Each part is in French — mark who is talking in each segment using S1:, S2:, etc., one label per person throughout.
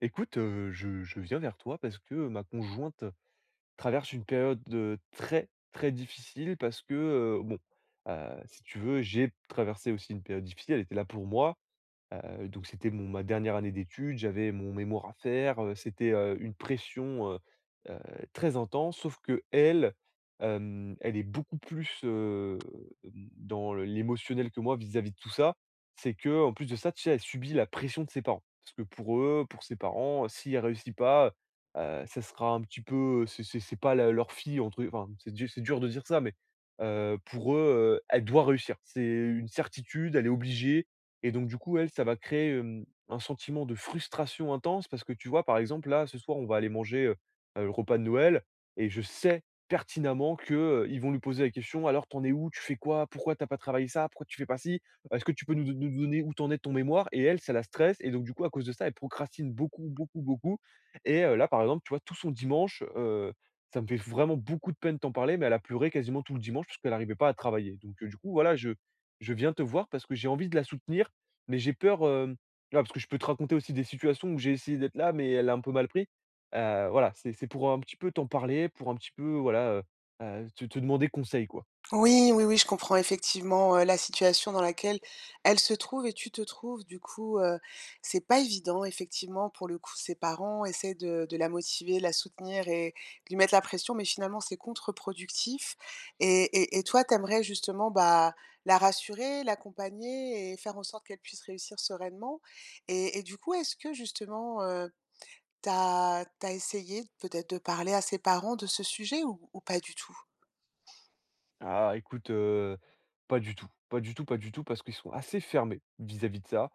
S1: Écoute, je viens vers toi parce que ma conjointe traverse une période, très, très difficile parce que, bon, si tu veux, j'ai traversé aussi une période difficile, elle était là pour moi. Donc c'était mon ma dernière année d'études, j'avais mon mémoire à faire, c'était, une pression, heu, très intense. Sauf qu'elle, elle est beaucoup plus, dans le l'émotionnel que moi vis-à-vis de tout ça. C'est que en plus de ça, tu sais, elle subit la pression de ses parents. Parce que pour eux, pour ses parents, si elle réussit pas, ça sera un petit peu c'est pas la leur fille entre enfin, c'est dur de dire ça, mais, pour eux, elle doit réussir. C'est une certitude, elle est obligée. Et donc, du coup, elle, ça va créer, un sentiment de frustration intense parce que tu vois, par exemple, là, ce soir, on va aller manger, le repas de Noël et je sais pertinemment que, ils vont lui poser la question: «Alors, t'en es où? Tu fais quoi? Pourquoi t'as pas travaillé ça? Pourquoi tu fais pas ci? Est-ce que tu peux nous donner où t'en es de ton mémoire?» Et elle, ça la stresse et donc, du coup, à cause de ça, elle procrastine beaucoup, beaucoup, beaucoup. Et là, par exemple, tu vois, tout son dimanche, ça me fait vraiment beaucoup de peine de t'en parler, mais elle a pleuré quasiment tout le dimanche parce qu'elle arrivait pas à travailler. Donc, du coup, voilà, je viens te voir parce que j'ai envie de la soutenir mais j'ai peur, voilà, parce que je peux te raconter aussi des situations où j'ai essayé d'être là, mais elle a un peu mal pris. Voilà, c'est pour un petit peu t'en parler, pour un petit peu, voilà, te demander conseil, quoi.
S2: Oui, oui, oui, je comprends effectivement, la situation dans laquelle elle se trouve et tu te trouves. Du coup, c'est pas évident effectivement pour le coup, ses parents essaient de la motiver, la soutenir et de lui mettre la pression, mais finalement c'est contre-productif et toi, t'aimerais justement, bah, la rassurer, l'accompagner et faire en sorte qu'elle puisse réussir sereinement et du coup, est-ce que justement, tu as essayé peut-être de parler à ses parents de ce sujet ou pas du tout?
S1: Ah écoute, pas du tout, pas du tout, pas du tout, parce qu'ils sont assez fermés vis-à-vis de ça.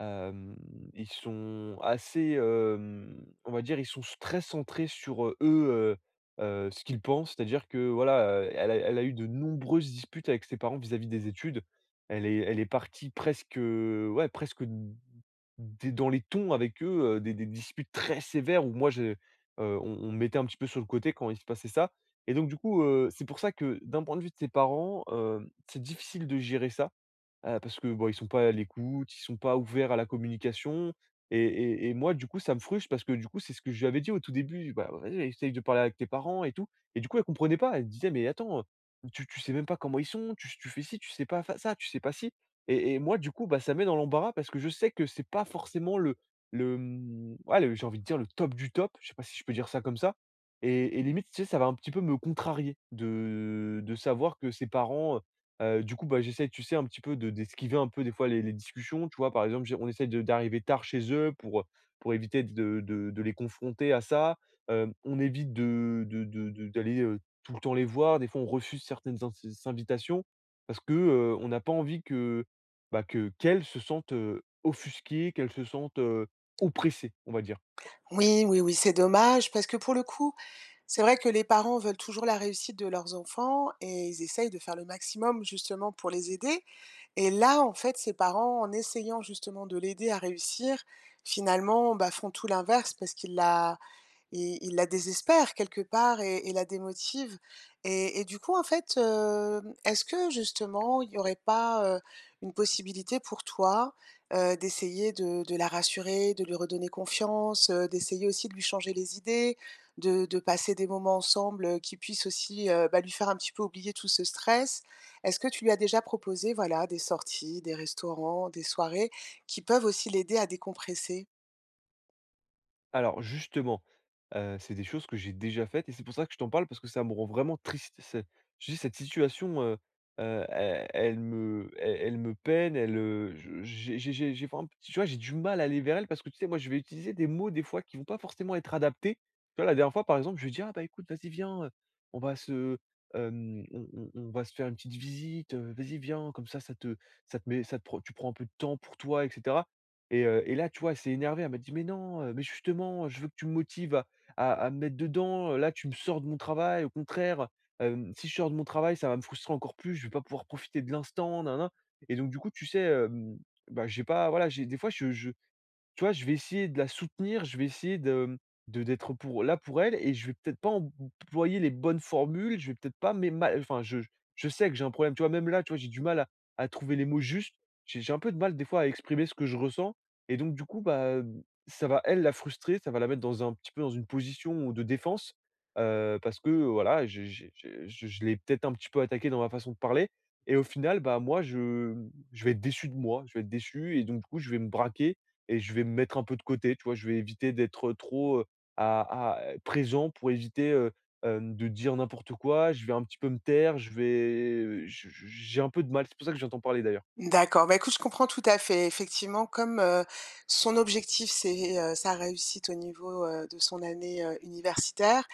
S1: Hem, ils sont assez, on va dire, ils sont s très centrés sur, eux, ce qu'ils pensent. C'est-à-dire que voilà, elle a eu de nombreuses disputes avec ses parents vis-à-vis des études. Elle est partie presque, ouais, presque des dans les tons avec eux, des disputes très sévères où moi je on me mettait un petit peu sur le côté quand il se passait ça. Et donc du coup, c'est pour ça que d'un point de vue de ses parents, c'est difficile de gérer ça. Parce que, bon, ils sont pas à l'écoute, ils sont pas ouverts à la communication et moi, du coup, ça me frustre parce que, du coup, c'est ce que je lui avais dit au tout début: «Bah, vas-y, essaye de parler avec tes parents et tout.» Et du coup, elle comprenait pas. Elle disait: «Mais attends, tu sais même pas comment ils sont, tu fais ci, tu sais pas fa ça, tu sais pas ci.» Et moi, du coup, bah, ça met dans l'embarras parce que je sais que c'est pas forcément ouais, le j'ai envie de dire le top du top, je sais pas si je peux dire ça comme ça. Et limite, tu sais, ça va un petit peu me contrarier de savoir que ses parents... Du coup, bah, j'essaye, tu sais, un petit peu de d'esquiver un peu des fois les discussions, tu vois? Par exemple, j'ai on essaye de d'arriver tard chez eux pour éviter de les confronter à ça. On évite de d'aller, tout le temps les voir. Des fois, on refuse certaines in invitations parce que, on n'a pas envie que, bah, que qu'elles se sentent, offusquées, qu'elles se sentent, oppressées, on va dire.
S2: Oui, oui, oui, c'est dommage parce que pour le coup, c'est vrai que les parents veulent toujours la réussite de leurs enfants et ils essayent de faire le maximum justement pour les aider. Et là, en fait, ces parents, en essayant justement de l'aider à réussir, finalement, bah, font tout l'inverse parce qu'ils la, il la désespère quelque part et la démotive et du coup, en fait, est-ce que justement, il n'y aurait pas, une possibilité pour toi, d'essayer de la rassurer, de lui redonner confiance, d'essayer aussi de lui changer les idées, de passer des moments ensemble, qui puissent aussi, bah, lui faire un petit peu oublier tout ce stress? Est-ce que tu lui as déjà proposé, voilà, des sorties, des restaurants, des soirées qui peuvent aussi l'aider à décompresser?
S1: Alors justement, c'est des choses que j'ai déjà faites et c'est pour ça que je t'en parle parce que ça me rend vraiment triste. C'est je dis cette situation, elle me peine, elle, je j'ai vraiment, tu vois, j'ai du mal à aller vers elle parce que tu sais, moi, je vais utiliser des mots des fois qui vont pas forcément être adaptés. Tu vois, la dernière fois, par exemple, je vais dire, «Ah bah écoute, vas-y, viens, on va se, on va se faire une petite visite, vas-y, viens, comme ça, ça te met ça te prend tu prends un peu de temps pour toi etc.» Et là, tu vois, elle s'est énervée, elle m'a dit: «Mais non, mais justement, je veux que tu me motives à me mettre dedans, là, tu me sors de mon travail, au contraire, si je sors de mon travail, ça va me frustrer encore plus, je vais pas pouvoir profiter de l'instant, nin nin.» Et donc du coup, tu sais, bah, j'ai pas voilà, j'ai des fois, je tu vois, je vais essayer de la soutenir, je vais essayer de, d'être pour là pour elle et je vais peut-être pas employer les bonnes formules, je vais peut-être pas mais mal enfin je sais que j'ai un problème, tu vois? Même là, tu vois, j'ai du mal à trouver les mots justes. J'ai un peu de mal des fois à exprimer ce que je ressens et donc du coup, bah, ça va elle la frustrer, ça va la mettre dans un petit peu dans une position de défense, parce que voilà, j'ai je l'ai peut-être un petit peu attaqué dans ma façon de parler et au final, bah, moi je, je vais être déçu de moi, je vais être déçu et donc du coup, je vais me braquer et je vais me mettre un peu de côté, tu vois? Je vais éviter d'être trop, à présent pour éviter, de dire n'importe quoi. Je vais un petit peu me taire, je vais je j'ai un peu de mal, c'est pour ça que j'entends parler d'ailleurs.
S2: D'accord, bah, écoute, je comprends tout à fait. Effectivement, comme, son objectif, c'est, sa réussite au niveau, de son année, universitaire,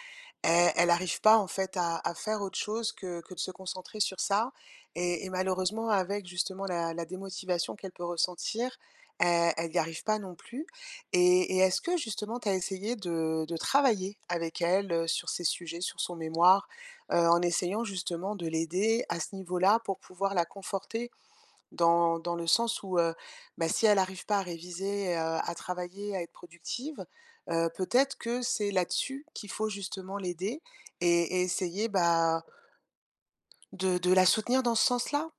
S2: elle n'arrive pas, en fait, à faire autre chose que de se concentrer sur ça et malheureusement, avec justement la démotivation qu'elle peut ressentir, elle y arrive pas non plus et est-ce que justement tu as essayé de travailler avec elle, sur ces sujets, sur son mémoire, en essayant justement de l'aider à ce niveau-là pour pouvoir la conforter dans le sens où, bah, si elle n'arrive pas à réviser, à travailler, à être productive, peut-être que c'est là-dessus qu'il faut justement l'aider et essayer, bah, de la soutenir dans ce sens-là.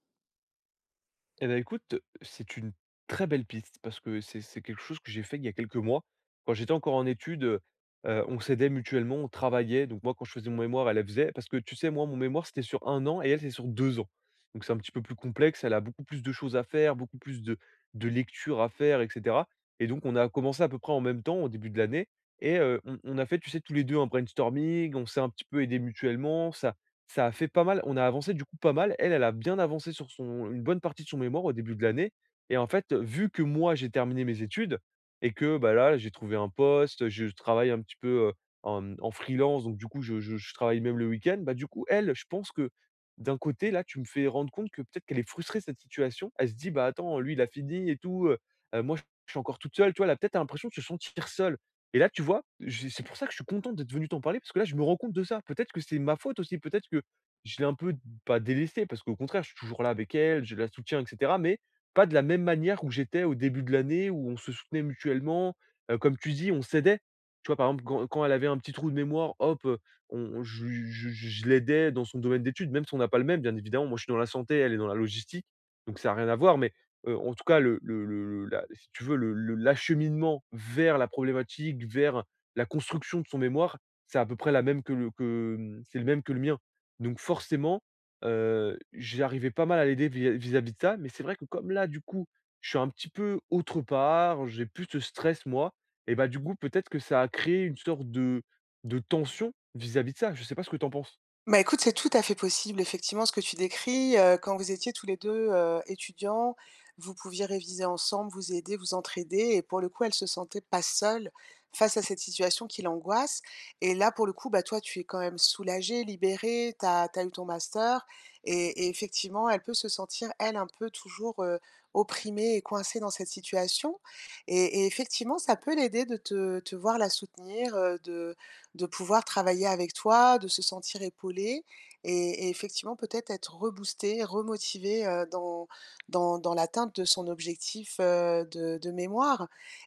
S1: Eh bah, écoute, c'est une très belle piste parce que c'est quelque chose que j'ai fait il y a quelques mois. Quand j'étais encore en études, on s'aidait mutuellement, on travaillait. Donc moi, quand je faisais mon mémoire, elle, elle faisait parce que tu sais, moi, mon mémoire, c'était sur un an et elle, c'est sur 2 ans. Donc c'est un petit peu plus complexe. Elle a beaucoup plus de choses à faire, beaucoup plus de lectures à faire etc. Et donc on a commencé à peu près en même temps, au début de l'année et on a fait, tu sais, tous les 2 un brainstorming. On s'est un petit peu aidés mutuellement. Ça a fait pas mal. On a avancé du coup pas mal. Elle, elle a bien avancé sur son une bonne partie de son mémoire au début de l'année. Et en fait, vu que moi, j'ai terminé mes études et que, bah, là, j'ai trouvé un poste, je travaille un petit peu, en freelance. Donc du coup, je travaille même le week-end. Bah, du coup, elle, je pense que d'un côté, là, tu me fais rendre compte que peut-être qu'elle est frustrée de cette situation. Elle se dit: «Bah, attends, lui, il a fini et tout, moi, je suis encore toute seule.» Tu vois? Elle a peut-être l'impression de se sentir seule. Et là, tu vois, j'ai c'est pour ça que je suis content d'être venu t'en parler parce que là, je me rends compte de ça. Peut-être que c'est ma faute aussi, peut-être que je l'ai un peu pas délaissée parce qu'au contraire, je suis toujours là avec elle, je la soutiens etc., mais pas de la même manière où j'étais au début de l'année où on se soutenait mutuellement, comme tu dis, on s'aidait. Tu vois, par exemple, quand elle avait un petit trou de mémoire, hop, on je l'aidais dans son domaine d'études, même si on n'a pas le même, bien évidemment. Moi, je suis dans la santé, elle est dans la logistique, donc ça a rien à voir, mais en tout cas, le la si tu veux, le l'acheminement vers la problématique, vers la construction de son mémoire, c'est à peu près la même que le que, mmh, c'est le même que le mien. Donc forcément, j'arrivais pas mal à l'aider vis-à-vis de ça, mais c'est vrai que comme là, du coup, je suis un petit peu autre part, j'ai plus ce stress moi et bah, du coup, peut-être que ça a créé une sorte de tension vis-à-vis de ça. Je sais pas ce que t'en penses?
S2: Bah, écoute, c'est tout à fait possible, effectivement, ce que tu décris. Quand vous étiez tous les 2 étudiants, vous pouviez réviser ensemble, vous aider, vous entraider et pour le coup, elle se sentait pas seule face à cette situation qui l'angoisse et là, pour le coup, bah, toi, tu es quand même soulagée, libérée, tu as eu ton master et effectivement, elle peut se sentir, elle, un peu toujours, opprimée et coincée dans cette situation et effectivement, ça peut l'aider de te voir la soutenir, de pouvoir travailler avec toi, de se sentir épaulé et effectivement peut-être être reboosté, remotivé, dans dans l'atteinte de son objectif, de mémoire.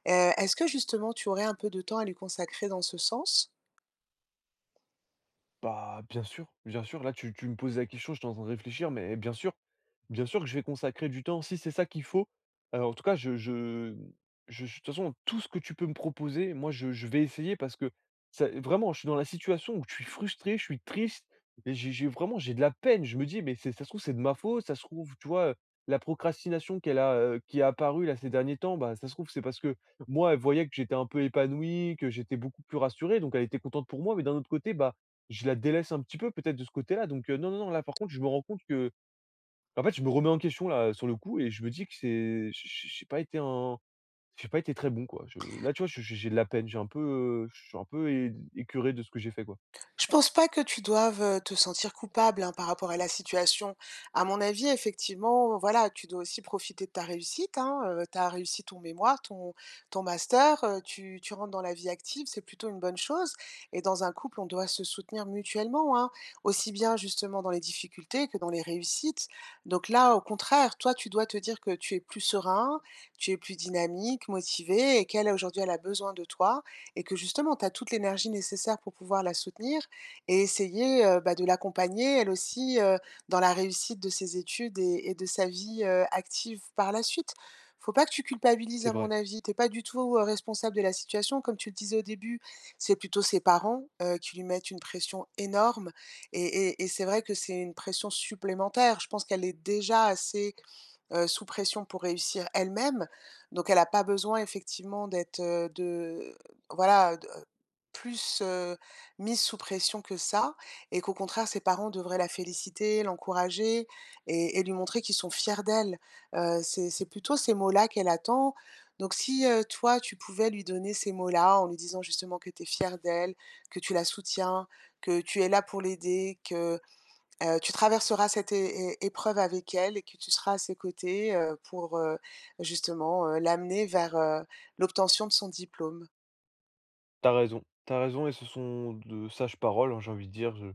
S2: Est-ce que justement tu aurais un peu de temps à lui consacrer dans ce sens?
S1: Bah, bien sûr, bien sûr. Là, tu me poses la question, je suis en train de réfléchir, mais bien sûr que je vais consacrer du temps si c'est ça qu'il faut. En tout cas, de toute façon, tout ce que tu peux me proposer, moi, je vais essayer parce que vraiment, je suis dans la situation où je suis frustré, je suis triste, et j'ai de la peine. Je me dis, mais ça se trouve, c'est de ma faute, ça se trouve, tu vois, la procrastination qu'elle a, qui est apparue là ces derniers temps, bah, ça se trouve, c'est parce que moi, elle voyait que j'étais un peu épanoui, que j'étais beaucoup plus rassuré, donc elle était contente pour moi, mais d'un autre côté, bah, je la délaisse un petit peu peut-être de ce côté-là. Donc non, non, non, là par contre, je me rends compte que en fait, je me remets en question là, sur le coup et je me dis que c'est j j j'ai pas été un j'ai pas été très bon, quoi. Je là, tu vois, je j'ai de la peine, j'ai un peu, je suis un peu é écœuré de ce que j'ai fait, quoi.
S2: Je pense pas que tu doives, te sentir coupable, hein, par rapport à la situation. À mon avis, effectivement, voilà, tu dois aussi profiter de ta réussite, hein, tu as réussi ton mémoire, ton master, tu rentres dans la vie active, c'est plutôt une bonne chose et dans un couple, on doit se soutenir mutuellement, hein, aussi bien justement dans les difficultés que dans les réussites. Donc là, au contraire, toi, tu dois te dire que tu es plus serein, tu es plus dynamique, motivé et qu'elle, aujourd'hui, elle a besoin de toi et que justement, tu as toute l'énergie nécessaire pour pouvoir la soutenir et essayer, bah, de l'accompagner elle aussi, dans la réussite de ses études et de sa vie, active par la suite. Faut pas que tu culpabilises
S1: C'est
S2: à
S1: vrai.
S2: mon avis, t'es pas du tout, responsable de la situation. Comme tu le disais au début, c'est plutôt ses parents, qui lui mettent une pression énorme et c'est vrai que c'est une pression supplémentaire. Je pense qu'elle est déjà assez, sous pression pour réussir elle-même, donc elle a pas besoin effectivement d'être, de voilà, de plus, mise sous pression que ça et qu'au contraire, ses parents devraient la féliciter, l'encourager et lui montrer qu'ils sont fiers d'elle. C'est plutôt ces mots-là qu'elle attend. Donc si, toi, tu pouvais lui donner ces mots-là en lui disant justement que tu es fière d'elle, que tu la soutiens, que tu es là pour l'aider, que, tu traverseras cette é é épreuve avec elle et que tu seras à ses côtés, pour, l'amener vers, l'obtention de son diplôme.
S1: T'as raison et ce sont de sages paroles, hein, j'ai envie de dire. Je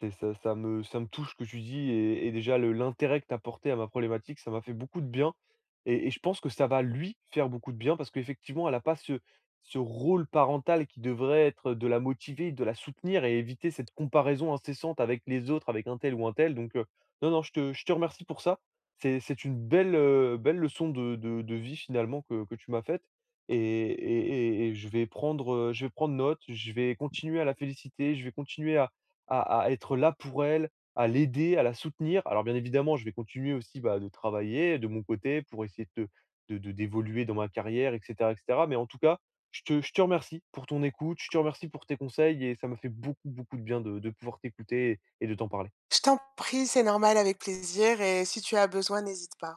S1: c'est ça ça me touche ce que tu dis et déjà le l'intérêt que t'as porté à ma problématique, ça m'a fait beaucoup de bien et je pense que ça va lui faire beaucoup de bien parce qu'effectivement, elle a pas ce rôle parental qui devrait être de la motiver, de la soutenir et éviter cette comparaison incessante avec les autres, avec un tel ou un tel. Donc, non, non, je te remercie pour ça. C'est une belle leçon de vie finalement que tu m'as faite. Et et et je vais prendre note, je vais continuer à la féliciter, je vais continuer à être là pour elle, à l'aider, à la soutenir. Alors bien évidemment, je vais continuer aussi, bah, de travailler de mon côté pour essayer de d'évoluer dans ma carrière etc. et cetera. Mais en tout cas, je te remercie pour ton écoute, je te remercie pour tes conseils et ça m'a fait beaucoup, beaucoup de bien de pouvoir t'écouter et de t'en parler.
S2: Je t'en prie, c'est normal, avec plaisir et si tu as besoin, n'hésite pas.